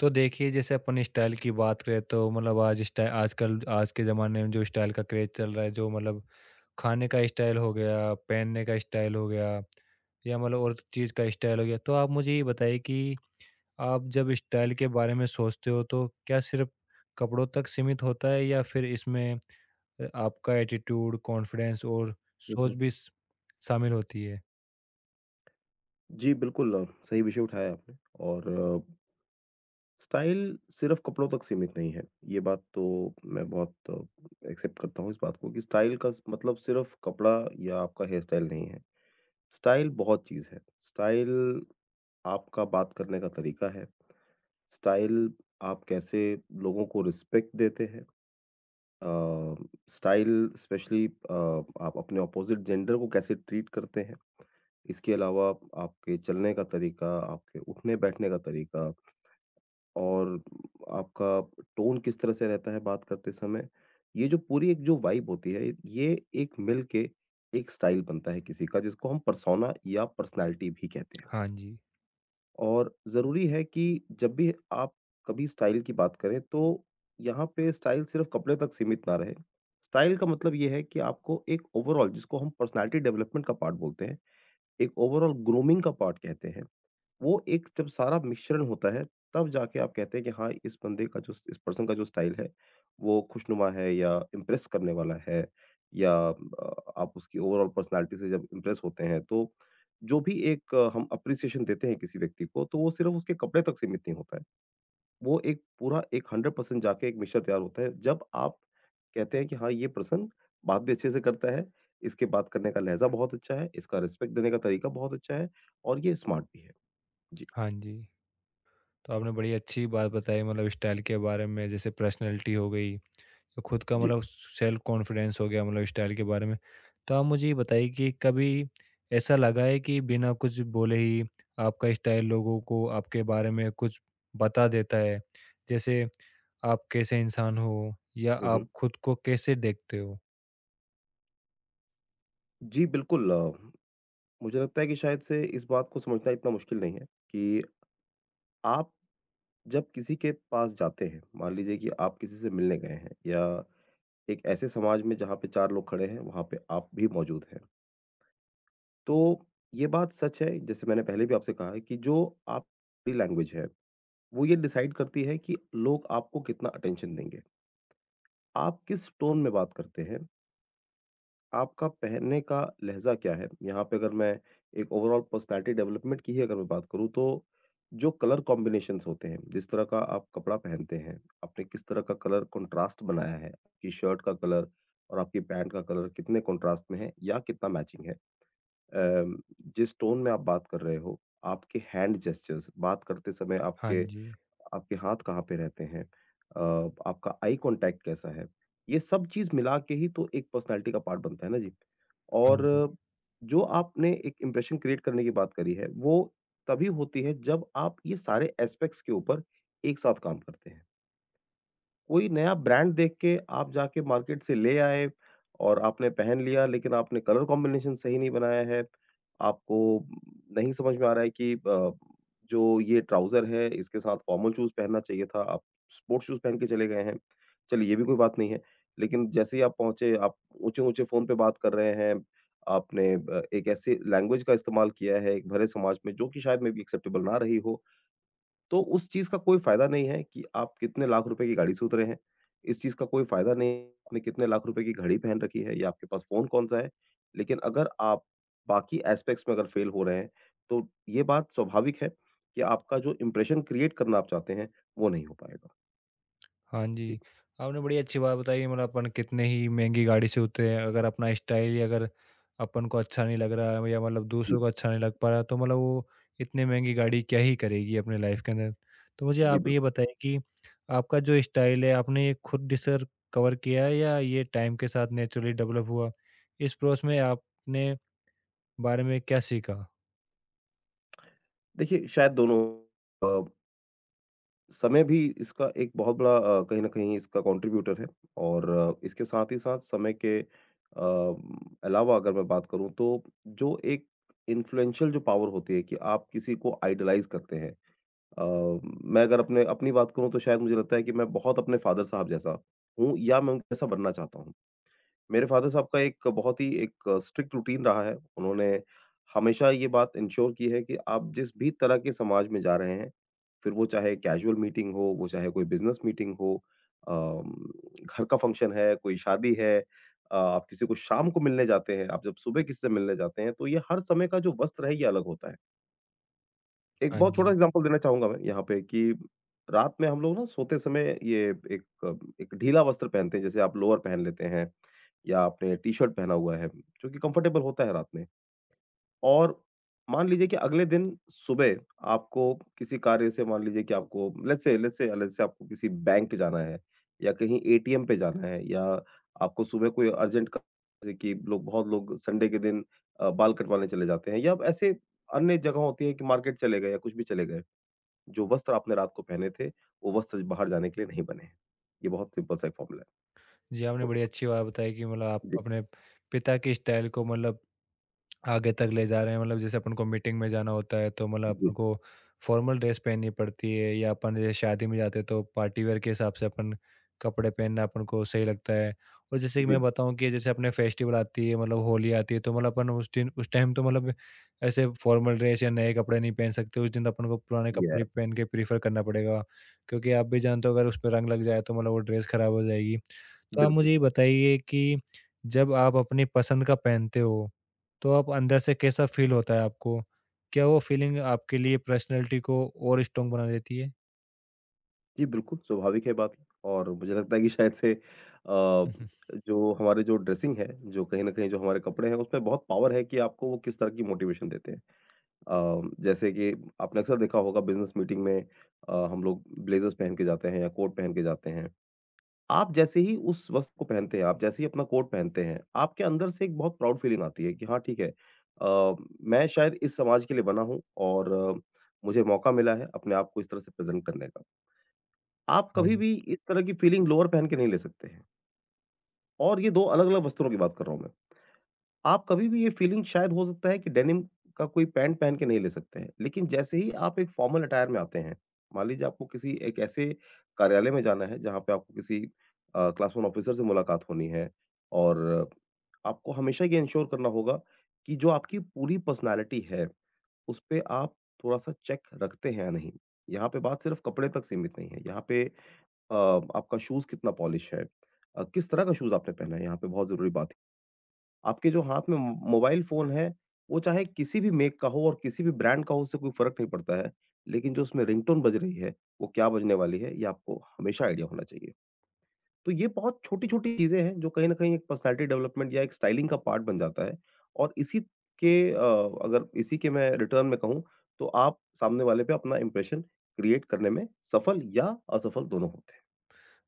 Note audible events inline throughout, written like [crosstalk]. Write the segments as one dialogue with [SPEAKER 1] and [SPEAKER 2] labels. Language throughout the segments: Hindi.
[SPEAKER 1] तो देखिए, जैसे अपन स्टाइल की बात करें तो मतलब आज स्टाइल, आजकल आज के ज़माने में जो स्टाइल का क्रेज़ चल रहा है, जो मतलब खाने का स्टाइल हो गया, पहनने का स्टाइल हो गया या मतलब और चीज़ का स्टाइल हो गया। तो आप मुझे ये बताइए कि आप जब स्टाइल के बारे में सोचते हो तो क्या सिर्फ़ कपड़ों तक सीमित होता है या फिर इसमें आपका एटीट्यूड, कॉन्फिडेंस और
[SPEAKER 2] हुँ,
[SPEAKER 1] सोच
[SPEAKER 2] हुँ।
[SPEAKER 1] भी स शामिल होती है?
[SPEAKER 2] जी, बिल्कुल, सही विषय उठाया आपने और अ, स्टाइल सिर्फ़ कपड़ों तक सीमित नहीं है। ये बात तो मैं बहुत एक्सेप्ट करता हूँ इस बात को कि स्टाइल का स मतलब सिर्फ़ कपड़ा या आपका हेयर स्टाइल नहीं है। स्टाइल बहुत चीज़ है। स्टाइल आपका बात करने का तरीका है। स्टाइल आप कैसे लोगों को रिस्पेक्ट देते हैं। अ, स्टाइल स्पेशली आप अपने अपोज़िट जेंडर को कैसे ट्रीट करते हैं। इसके अलावा आप आपके चलने का तरीका, आपके उठने-बैठने का तरीका और आपका टोन किस तरह से रहता है बात करते समय, ये जो पूरी एक जो वाइब होती है, ये एक मिल के एक स्टाइल बनता है किसी का जिसको हम पर्सोना या पर्सनैलिटी भी कहते हैं।
[SPEAKER 1] हाँ जी।
[SPEAKER 2] और ज़रूरी है कि जब भी आप कभी स्टाइल की बात करें तो यहाँ पे स्टाइल सिर्फ़ कपड़े तक सीमित ना रहे। स्टाइल का मतलब ये है कि आपको एक ओवरॉल जिसको हम पर्सनैलिटी डेवलपमेंट का पार्ट बोलते हैं, एक ओवरॉल ग्रूमिंग का पार्ट कहते हैं। वो एक जब सारा मिश्रण होता है, तब जाके आप कहते हैं कि हाँ, इस बंदे का जो इस पर्सन का जो स्टाइल है, वो खुशनुमा है या इम्प्रेस करने वाला है या आप उसकी ओवरऑल पर्सनैलिटी से जब इम्प्रेस होते हैं, तो जो भी एक हम एप्रिसिएशन देते हैं किसी व्यक्ति को, तो वो सिर्फ़ उसके कपड़े तक सीमित नहीं होता है। वो एक पूरा एक 100% जाके एक मिश्रण तैयार होता है, जब आप कहते हैं कि हाँ, ये पर्सन बात भी अच्छे से करता है, इसके बात करने का लहज़ा बहुत अच्छा है, इसका रिस्पेक्ट देने का तरीका बहुत अच्छा है और ये स्मार्ट भी है। जी,
[SPEAKER 1] हाँ जी। तो आपने बड़ी अच्छी बात बताई मतलब स्टाइल के बारे में, जैसे पर्सनैलिटी हो गई। तो खुद का
[SPEAKER 2] जी।
[SPEAKER 1] मतलब सेल्फ कॉन्फिडेंस हो गया मतलब स्टाइल के बारे में। तो आप मुझे ये बताइए कि कभी ऐसा लगा है कि बिना कुछ बोले ही आपका स्टाइल लोगों को आपके बारे में कुछ बता देता है? जैसे आप कैसे इंसान हो या
[SPEAKER 2] हुँ,
[SPEAKER 1] आप
[SPEAKER 2] हुँ।
[SPEAKER 1] खुद को कैसे देखते हो?
[SPEAKER 2] जी, बिल्कुल मुझे लगता है कि शायद से इस बात को समझना इतना मुश्किल नहीं है कि आप जब किसी के पास जाते हैं, मान लीजिए कि आप किसी से मिलने गए हैं या एक ऐसे समाज में जहाँ पे 4 लोग खड़े हैं, वहाँ पे आप भी मौजूद हैं। तो ये बात सच है, जैसे मैंने पहले भी आपसे कहा है कि जो आपकी लैंग्वेज है, वो ये डिसाइड करती है कि लोग आपको कितना अटेंशन देंगे। आप किस टोन में बात करते हैं, आपका पहनने का लहज़ा क्या है? यहाँ पे अगर मैं एक ओवरऑल पर्सनैलिटी डेवलपमेंट की ही अगर मैं बात करूँ तो जो कलर कॉम्बिनेशंस होते हैं, जिस तरह का आप कपड़ा पहनते हैं, आपने किस तरह का कलर कंट्रास्ट बनाया है, आपकी शर्ट का कलर और आपकी पैंट का कलर कितने कंट्रास्ट में है या कितना मैचिंग है? अम, जिस टोन में आप बात कर रहे हो, आपके हैंड जेस्चर्स, बात करते समय
[SPEAKER 1] हाँ
[SPEAKER 2] आपके
[SPEAKER 1] जी।
[SPEAKER 2] आपके हाथ कहाँ पे रहते हैं, अ, आपका आई कॉन्टैक्ट कैसा है, ये सब चीज़ मिला के ही तो एक पर्सनैलिटी का पार्ट बनता है ना जी।
[SPEAKER 1] हाँ
[SPEAKER 2] और
[SPEAKER 1] जी।
[SPEAKER 2] जो आपने एक इम्प्रेशन क्रिएट करने की बात करी है, वो तभी होती है जब आप ये सारे एस्पेक्ट्स के ऊपर एक साथ काम करते हैं। कोई नया ब्रांड देख के आप जाके मार्केट से ले आए और आपने पहन लिया लेकिन आपने कलर कॉम्बिनेशन सही नहीं बनाया है, आपको नहीं समझ में आ रहा है कि जो ये ट्राउज़र है इसके साथ फॉर्मल शूज़ पहनना चाहिए था, आप स्पोर्ट्स शूज़ पहन के चले गए हैं। चलिए ये भी कोई बात नहीं है, लेकिन जैसे ही आप पहुँचे आप ऊँचे-ऊँचे फ़ोन पे बात कर रहे हैं, आपने एक ऐसी लैंग्वेज का इस्तेमाल किया है एक भले समाज में जो कि शायद मे बी एक्सेप्टेबल ना रही हो। तो उस चीज़ का कोई फ़ायदा नहीं है कि आप कितने लाख रुपए की गाड़ी से उतरे हैं। इस चीज़ का कोई फ़ायदा नहीं है आपने कितने लाख रुपए की घड़ी पहन रखी है या आपके पास फ़ोन कौन-सा है। लेकिन अगर आप बाकी एस्पेक्ट्स में अगर फ़ेल हो रहे हैं, तो ये बात स्वाभाविक है कि आपका जो इंप्रेशन क्रिएट करना आप चाहते हैं, वो नहीं हो पाएगा।
[SPEAKER 1] हाँ
[SPEAKER 2] जी,
[SPEAKER 1] जी, आपने बड़ी अच्छी बात बताई मतलब अपन कितने ही महँगी गाड़ी से उतरे हैं, अगर अपना स्टाइल ही अगर अपन को अच्छा नहीं लग रहा है या मतलब दूसरों
[SPEAKER 2] जी,
[SPEAKER 1] को अच्छा नहीं लग पा रहा, तो मतलब वो इतनी महँगी गाड़ी क्या ही करेगी अपने लाइफ़ के अंदर। तो मुझे
[SPEAKER 2] जी,
[SPEAKER 1] आप ये
[SPEAKER 2] बिल्कुल।
[SPEAKER 1] बताइए कि आपका जो स्टाइल है, आपने ये खुद डिस्कवर किया है या ये टाइम के साथ नेचुरली डेवलप हुआ? इस प्रोसेस में आपने बारे में क्या सीखा?
[SPEAKER 2] देखिए शायद दोनों अ समय भी इसका एक बहुत बड़ा कहीं न कहीं इसका कंट्रीब्यूटर है और इसके साथ ही साथ समय के अलावा अगर मैं बात करूँ तो जो एक इन्फ्लुएंशियल जो पावर होती है कि आप किसी को आइडलाइज़ करते हैं। अ, मैं अगर अपने अपनी बात करूँ तो शायद मुझे लगता है कि मैं बहुत अपने फादर साहब जैसा हूँ या मैं उनके जैसा बनना चाहता हूँ। मेरे फादर साहब का एक बहुत ही एक स्ट्रिक्ट रूटीन रहा है। उन्होंने हमेशा ये बात एन्श्योर की है कि आप जिस भी तरह के समाज में जा रहे हैं, फिर वो चाहे कैजुअल मीटिंग हो, वो चाहे कोई बिज़नेस मीटिंग हो, अम, घर का फंक्शन है, कोई शादी है, आप किसी को शाम को मिलने जाते हैं, आप जब सुबह किसी से मिलने जाते हैं, तो ये हर समय का जो वस्त्र है, ये अलग होता है। एक
[SPEAKER 1] हाँ
[SPEAKER 2] बहुत छोटा
[SPEAKER 1] जी।
[SPEAKER 2] एग्ज़ाम्पल देना चाहूँगा मैं यहाँ पे कि रात में हम लोग ना सोते समय ये एक एक ढीला वस्त्र पहनते हैं, जैसे आप लोअर पहन लेते हैं या आपने टी-शर्ट पहना हुआ है, जो कि कम्फ़र्टेबल होता है रात में। और मान लीजिए कि अगले दिन सुबह आपको किसी कार्य से मान लीजिए कि आपको लेट्स से आपको किसी बैंक जाना है या कहीं एटीएम पे जाना है या आपको सुबह कोई अर्जेंट का जैसे कि लोग बहुत लोग संडे के दिन बाल कटवाने चले जाते हैं या ऐसे अन्य जगह होती है कि मार्केट चले गए या कुछ भी चले गए, जो वस्त्र आपने रात को पहने थे वो वस्त्र बाहर जाने के लिए नहीं बने हैं। ये बहुत सिंपल सा एक फॉर्मूला है
[SPEAKER 1] जी, आपने
[SPEAKER 2] तो
[SPEAKER 1] बड़ी अच्छी बात बताई कि मतलब आप
[SPEAKER 2] जी,
[SPEAKER 1] अपने पिता के स्टाइल को मतलब आगे तक ले जा रहे हैं, मतलब जैसे अपन को मीटिंग में जाना होता है तो मतलब
[SPEAKER 2] जी,
[SPEAKER 1] अपन को फॉर्मल ड्रेस पहननी पड़ती है, या अपन जैसे शादी में जाते हैं तो पार्टी वेयर के हिसाब से अपन कपड़े पहनना अपन को सही लगता है। और जैसे कि
[SPEAKER 2] जी,
[SPEAKER 1] मैं
[SPEAKER 2] जी,
[SPEAKER 1] बताऊं कि जैसे अपने फेस्टिवल आती है मतलब होली आती है, तो मतलब अपन उस दिन उस टाइम तो मतलब ऐसे फॉर्मल ड्रेस या नए कपड़े नहीं पहन सकते। उस दिन तो अपन को पुराने
[SPEAKER 2] ये है
[SPEAKER 1] कपड़े पहन के प्रीफर करना पड़ेगा, क्योंकि आप भी जानते हो अगर उस पर रंग लग जाए तो मतलब वो ड्रेस खराब हो जाएगी। तो आप
[SPEAKER 2] बिल्कुल।
[SPEAKER 1] मुझे ये बताइए कि जब आप अपनी पसंद का पहनते हो, तो आप अंदर से कैसा फ़ील होता है आपको? क्या वो फ़ीलिंग आपके लिए पर्सनैलिटी को और स्ट्रॉन्ग बना देती है?
[SPEAKER 2] जी, बिल्कुल, स्वाभाविक है बात और मुझे लगता है कि शायद से
[SPEAKER 1] [laughs]
[SPEAKER 2] जो हमारे जो ड्रेसिंग है, जो कहीं न कहीं जो हमारे कपड़े हैं, उसमें बहुत पावर है कि आपको वो किस तरह की मोटिवेशन देते हैं। जैसे कि आपने अक्सर देखा होगा बिज़नेस मीटिंग में हम लोग ब्लेज़र्स पहन के जाते हैं या कोट पहन के जाते हैं। आप जैसे ही उस वस्त्र को पहनते हैं, आप जैसे ही अपना कोट पहनते हैं, आपके अंदर से एक बहुत प्राउड फीलिंग आती है कि हाँ, ठीक है अ, मैं शायद इस समाज के लिए बना हूँ और मुझे मौका मिला है अपने आप को इस तरह से प्रेज़ेंट करने का। आप
[SPEAKER 1] हाँ
[SPEAKER 2] कभी
[SPEAKER 1] जी।
[SPEAKER 2] भी इस तरह की फीलिंग लोअर पहन के नहीं ले सकते हैं और ये 2 अलग-अलग वस्त्रों की बात कर रहा हूँ मैं। आप कभी भी ये फीलिंग शायद हो सकता है कि डेनिम का कोई पैंट पहन के नहीं ले सकते हैं, लेकिन जैसे ही आप एक फॉर्मल अटायर में आते हैं, मान लीजिए आपको किसी एक ऐसे कार्यालय में जाना है जहाँ पे आपको किसी क्लास वन ऑफिसर से मुलाकात होनी है और आपको हमेशा ये एन्श्योर करना होगा कि जो आपकी पूरी पर्सनैलिटी है, उसपे आप थोड़ा-सा चेक रखते हैं या नहीं। यहाँ पे बात सिर्फ़ कपड़े तक सीमित नहीं है, यहाँ पे अ, आपका शूज़ कितना पॉलिश है? किस तरह का शूज़ आपने पहना है? यहाँ पे बहुत ज़रूरी बात है। आपके जो हाथ में मो मोबाइल फ़ोन है, वो चाहे किसी भी मेक का हो और किसी भी ब्रांड का हो, उससे कोई फ़र्क नहीं पड़ता है। लेकिन जो उसमें रिंगटोन बज रही है, वो क्या बजने वाली है, ये आपको हमेशा आइडिया होना चाहिए। तो ये बहुत छोटी-छोटी चीज़ें हैं, जो कहीं न कहीं एक पर्सनैलिटी डेवलपमेंट या एक स्टाइलिंग का पार्ट बन जाता है और के अ, अगर इसी के मैं रिटर्न में कहूँ, तो आप सामने वाले पे अपना इम्प्रेशन क्रिएट करने में सफल या असफल दोनों होते हैं।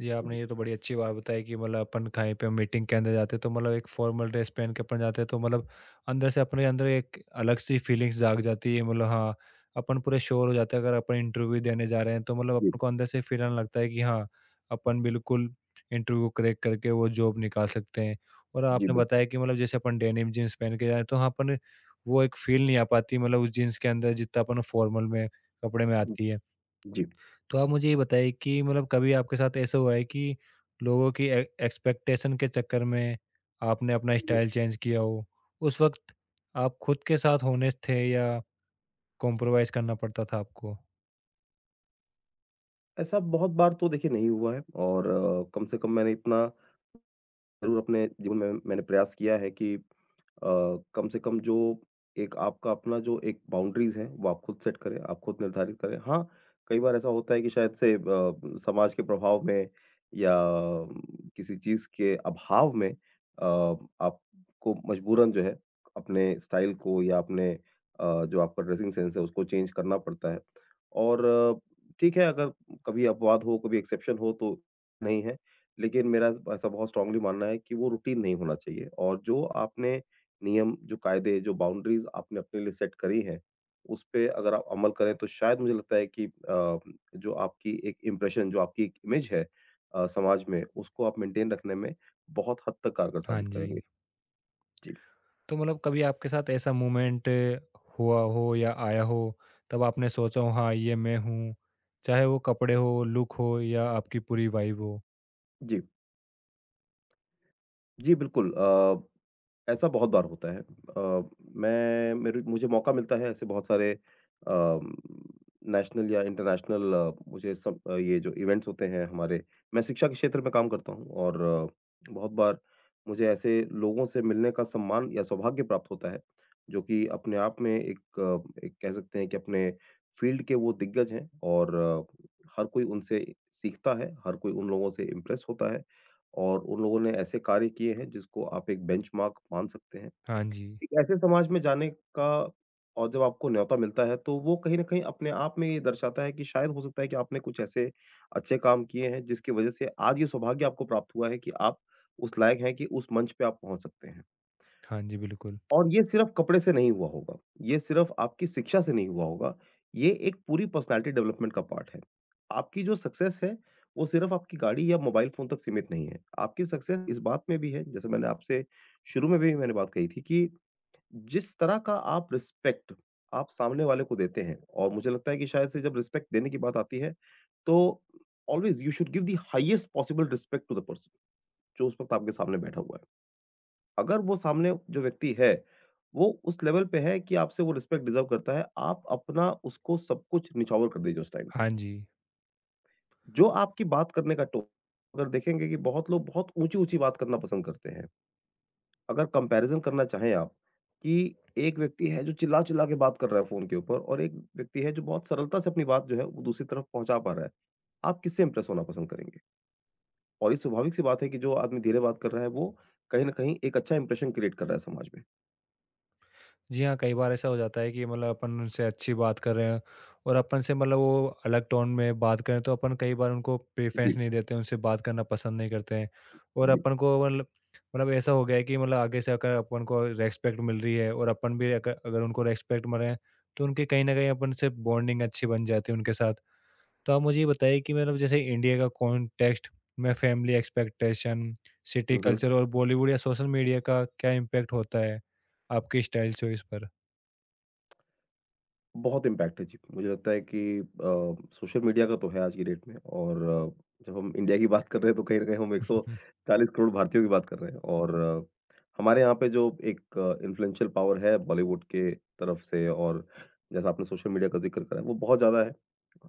[SPEAKER 1] जी, आपने ये तो बड़ी अच्छी बात बताई कि मतलब अपन कहीं पे मीटिंग के अंदर जाते हैं तो मतलब एक फॉर्मल ड्रेस पहन के अपन जाते हैं, तो मतलब अंदर से अपने अंदर एक अलग सी फीलिंग्स जाग जाती है मतलब हाँ, अपन पूरे श्योर हो जाते हैं। अगर अपन इंटरव्यू देने जा रहे हैं तो मतलब
[SPEAKER 2] जी।
[SPEAKER 1] अपन को अंदर से फील आने लगता है कि हाँ, अपन बिल्कुल इंटरव्यू क्रैक करके वो जॉब निकाल सकते हैं। और
[SPEAKER 2] जी,
[SPEAKER 1] आपने
[SPEAKER 2] बिल्कुल।
[SPEAKER 1] बताया कि मतलब जैसे अपन डेनिम जीन्स पहन के जाएँ तो हाँ, अपन वो एक फील नहीं आ पाती, मतलब उस जीन्स के अंदर जितना अपन फॉर्मल में कपड़े में
[SPEAKER 2] हुँ,
[SPEAKER 1] आती है।
[SPEAKER 2] जी,
[SPEAKER 1] तो आप मुझे ये बताइए कि मतलब कभी आपके साथ ऐसा हुआ है कि लोगों की ए एक्सपेक्टेशन के चक्कर में आपने अपना
[SPEAKER 2] हुँ।
[SPEAKER 1] स्टाइल चेंज किया हो? उस वक़्त आप खुद के साथ होनेस्ट थे या कॉम्प्रोमाइज़ करना पड़ता था आपको?
[SPEAKER 2] ऐसा बहुत बार तो देखिए नहीं हुआ है और कम से कम मैंने इतना ज़रूर अपने जीवन में मैंने प्रयास किया है कि कम से कम जो एक आपका अपना जो एक बाउंड्रीज़ है, वो आप खुद सेट करें, आप खुद निर्धारित करें। हाँ, कई बार ऐसा होता है कि शायद से समाज के प्रभाव में या किसी चीज़ के अभाव में आपको मजबूरन जो है, अपने स्टाइल को या अपने जो आपका ड्रेसिंग सेंस है, उसको चेंज करना पड़ता है और ठीक है, अगर कभी अपवाद हो, कभी एक्सेप्शन हो तो नहीं है। लेकिन मेरा ऐसा बहुत स्ट्रांगली मानना है कि वो रूटीन नहीं होना चाहिए और जो आपने नियम, जो कायदे, जो बाउंड्रीज़ आपने अपने लिए सेट करी हैं, उस पे अगर आप अमल करें तो शायद मुझे लगता है कि जो आपकी एक इम्प्रेशन, जो आपकी एक इमेज है समाज में, उसको आप मेंटेन रखने में बहुत हद तक कारगर
[SPEAKER 1] हाँ
[SPEAKER 2] साबित
[SPEAKER 1] जी।
[SPEAKER 2] करेंगे। जी,
[SPEAKER 1] तो मतलब कभी आपके साथ ऐसा मोमेंट हुआ हो या आया हो, तब आपने सोचा हो हाँ, ये मैं हूँ, चाहे वो कपड़े हो, लुक हो या आपकी पूरी वाइब हो?
[SPEAKER 2] जी। जी, बिल्कुल ऐसा बहुत बार होता है। मैं मेरे मुझे मौका मिलता है ऐसे बहुत सारे अ, नेशनल या इंटरनेशनल मुझे सब ये जो इवेंट्स होते हैं हमारे मैं शिक्षा के क्षेत्र में काम करता हूँ और बहुत बार मुझे ऐसे लोगों से मिलने का सम्मान या सौभाग्य प्राप्त होता है, जो कि अपने आप में एक कह सकते हैं कि अपने फ़ील्ड के वो दिग्गज हैं और हर कोई उनसे सीखता है, हर कोई उन लोगों से इम्प्रेस होता है। और उन लोगों ने ऐसे कार्य किए हैं जिसको आप एक बेंचमार्क मान सकते हैं।
[SPEAKER 1] हाँ जी।
[SPEAKER 2] एक ऐसे समाज में जाने का। और जब आपको न्योता मिलता है, तो वो कहीं न कहीं अपने आप में ये दर्शाता है कि शायद हो सकता है कि आपने कुछ ऐसे अच्छे काम किए हैं जिसकी वज़ह से आज ये सौभाग्य आपको प्राप्त हुआ है कि आप उस लायक हैं कि उस मंच पे आप पहुँच सकते हैं।
[SPEAKER 1] हाँ जी, बिल्कुल।
[SPEAKER 2] और ये सिर्फ कपड़े से नहीं हुआ होगा, ये सिर्फ आपकी शिक्षा से नहीं हुआ होगा, ये एक पूरी पर्सनैलिटी डेवलपमेंट का पार्ट है। आपकी जो सक्सेस है, वो सिर्फ आपकी गाड़ी या मोबाइल फ़ोन तक सीमित नहीं है। आपकी सक्सेस इस बात में भी है, जैसे मैंने आपसे शुरू में भी मैंने बात कही थी कि जिस तरह का आप रिस्पेक्ट आप सामने वाले को देते हैं, और मुझे लगता है कि शायद से जब रिस्पेक्ट देने की बात आती है, तो always you should give the highest possible respect to the person, जो उस वक़्त आपके सामने बैठा हुआ है। अगर वो सामने जो व्यक्ति है, वो उस लेवल पे है कि आपसे वो रिस्पेक्ट डिज़र्व करता है, आप अपना उसको सब कुछ निछावर कर दीजिए उस टाइम पे।
[SPEAKER 1] हाँ जी।
[SPEAKER 2] जो आपकी बात करने का टोन अगर देखेंगे कि बहुत लोग बहुत ऊँची-ऊँची बात करना पसंद करते हैं। अगर कंपैरिज़न करना चाहें आप, कि एक व्यक्ति है जो चिल्ला-चिल्ला के बात कर रहा है फ़ोन के ऊपर, और एक व्यक्ति है जो बहुत सरलता से अपनी बात जो है वो दूसरी तरफ पहुँचा पा रहा है। आप किससे इम्प्रेस होना पसंद करेंगे? और ये स्वाभाविक सी बात है कि जो आदमी धीरे बात कर रहा है वो कहीं न कहीं एक अच्छा इंप्रेशन क्रिएट कर रहा है समाज में।
[SPEAKER 1] जी हाँ, कई बार ऐसा हो जाता है कि मतलब अपन उनसे अच्छी बात कर रहे हैं और अपन से मतलब वो अलग टोन में बात करें, तो अपन कई बार उनको
[SPEAKER 2] जी,
[SPEAKER 1] प्रेफ़रेंस नहीं देते, उनसे बात करना पसंद नहीं करते हैं। और
[SPEAKER 2] जी।
[SPEAKER 1] अपन को मतलब मतलब ऐसा हो गया है कि मतलब आगे से अगर अपन को रिस्पेक्ट मिल रही है और अपन भी अगर अगर उनको रिस्पेक्ट मिल रहे हैं, तो उनकी कहीं न कहीं अपन से बॉन्डिंग अच्छी बन जाती है उनके साथ। तो आप मुझे ये बताइए कि मतलब जैसे इंडिया का कॉन्टेक्स्ट में family expectation, city
[SPEAKER 2] hmm, hmm.
[SPEAKER 1] Culture और बॉलीवुड या सोशल मीडिया का क्या इम्पैक्ट होता है आपकी स्टाइल चॉइस पर?
[SPEAKER 2] बहुत इम्पैक्ट है जी। मुझे लगता है कि सोशल मीडिया का तो है आज की डेट में, और जब हम इंडिया की बात कर रहे हैं तो कहीं न कहीं हम
[SPEAKER 1] हुँ,
[SPEAKER 2] 140 करोड़ भारतीयों की बात कर रहे हैं, और हमारे यहाँ पे जो एक इन्फ्लुएंशियल पावर है बॉलीवुड के तरफ से, और जैसा आपने सोशल मीडिया का ज़िक्र करा है, वो बहुत ज़्यादा है।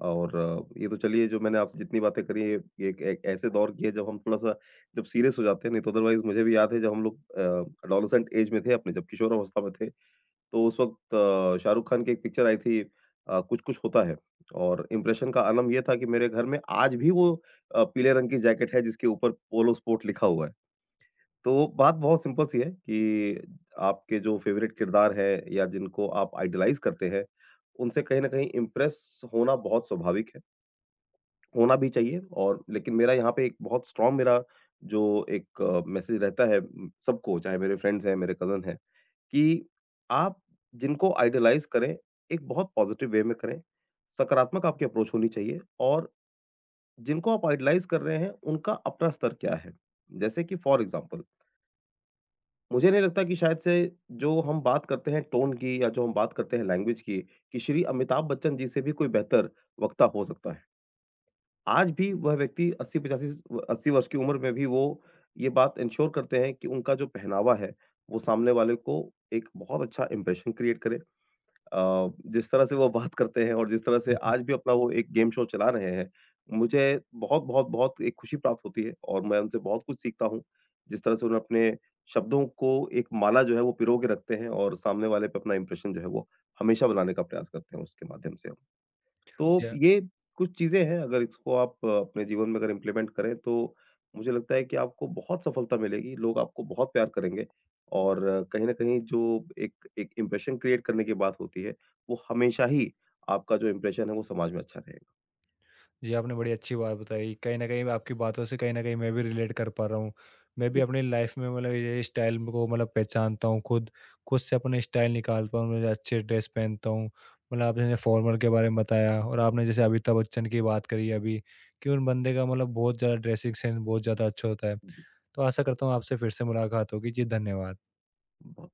[SPEAKER 2] और ये तो चलिए, जो मैंने आपसे जितनी बातें करी हैं ये एक एक ऐसे दौर की है जब हम थोड़ा-सा जब सीरियस हो जाते हैं, नहीं तो अदरवाइज़ मुझे भी याद है, जब हम लोग एडोलेसेंट ऐज में थे अपने, जब किशोरावस्था में थे, तो उस वक़्त शाहरुख खान की एक पिक्चर आई थी, कुछ कुछ होता है, और इम्प्रेशन का आलम ये था कि मेरे घर में आज भी वो पीले रंग की जैकेट है जिसके ऊपर पोलो स्पोर्ट लिखा हुआ है। तो बात बहुत सिंपल सी है कि आपके जो फ़ेवरेट किरदार हैं या जिनको आप आइडलाइज़ करते हैं, उनसे कहीं न कहीं इम्प्रेस होना बहुत स्वाभाविक है, होना भी चाहिए। और लेकिन मेरा यहाँ पे एक बहुत स्ट्रॉन्ग मेरा जो एक मैसेज रहता है सबको, चाहे मेरे फ्रेंड्स हैं, मेरे कज़िन हैं, कि आप जिनको आइडलाइज़ करें, एक बहुत पॉज़िटिव वे में करें। सकारात्मक आपकी अप्रोच होनी चाहिए, और जिनको आप आइडलाइज़ कर रहे हैं, उनका अपना स्तर क्या है? जैसे कि फ़ॉर एग्ज़ाम्पल, मुझे नहीं लगता कि शायद से जो हम बात करते हैं टोन की, या जो हम बात करते हैं लैंग्वेज की, कि श्री अमिताभ बच्चन जी से भी कोई बेहतर वक्ता हो सकता है। आज भी वह व्यक्ति 80-85 व 80 वर्ष की उम्र में भी वो ये बात एन्श्योर करते हैं कि उनका जो पहनावा है, वो सामने वाले को एक बहुत अच्छा इम्प्रेशन क्रिएट करे। जिस तरह से वो बात करते हैं, और जिस तरह से
[SPEAKER 1] हुँ, हुँ।
[SPEAKER 2] आज भी अपना वो एक गेम शो चला रहे हैं, मुझे बहुत-बहुत-बहुत एक खुशी प्राप्त होती है, और मैं उनसे बहुत कुछ सीखता हूँ। जिस तरह से उन्होंने अपने शब्दों को एक माला जो है वो पिरो के रखते हैं, और सामने वाले पे अपना इम्प्रेशन जो है वो हमेशा बनाने का प्रयास करते हैं उसके माध्यम से।
[SPEAKER 1] जी,
[SPEAKER 2] तो
[SPEAKER 1] हाँ।
[SPEAKER 2] ये कुछ चीज़ें हैं, अगर इसको आप अपने जीवन में अगर इम्प्लीमेंट करें, तो मुझे लगता है कि आपको बहुत सफलता मिलेगी, लोग आपको बहुत प्यार करेंगे, और कहीं न कहीं जो एक एक इम्प्रेशन क्रिएट करने की बात होती है, वो हमेशा ही आपका जो इम्प्रेशन है, वो समाज में अच्छा रहेगा।
[SPEAKER 1] जी, आपने बड़ी अच्छी बात बताई। कहीं न कहीं आपकी बातों से कहीं न कहीं मैं भी रिलेट कर पा रहा हूँ। मैं भी
[SPEAKER 2] जी,
[SPEAKER 1] अपनी लाइफ़ में मतलब ये स्टाइल को मतलब पहचानता हूँ खुद। खुद से अपने स्टाइल निकालता हूँ, मैं अच्छे ड्रेस पहनता हूँ। मतलब आपने जैसे फॉर्मल के बारे में बताया और आपने जैसे अमिताभ बच्चन की बात करी अभी कि उन बंदे का मतलब बहुत ज़्यादा ड्रेसिंग सेंस बहुत ज़्यादा अच्छा होता है। तो आशा करता हूँ आपसे फिर से मुलाकात होगी। जी, धन्यवाद।
[SPEAKER 2] जी।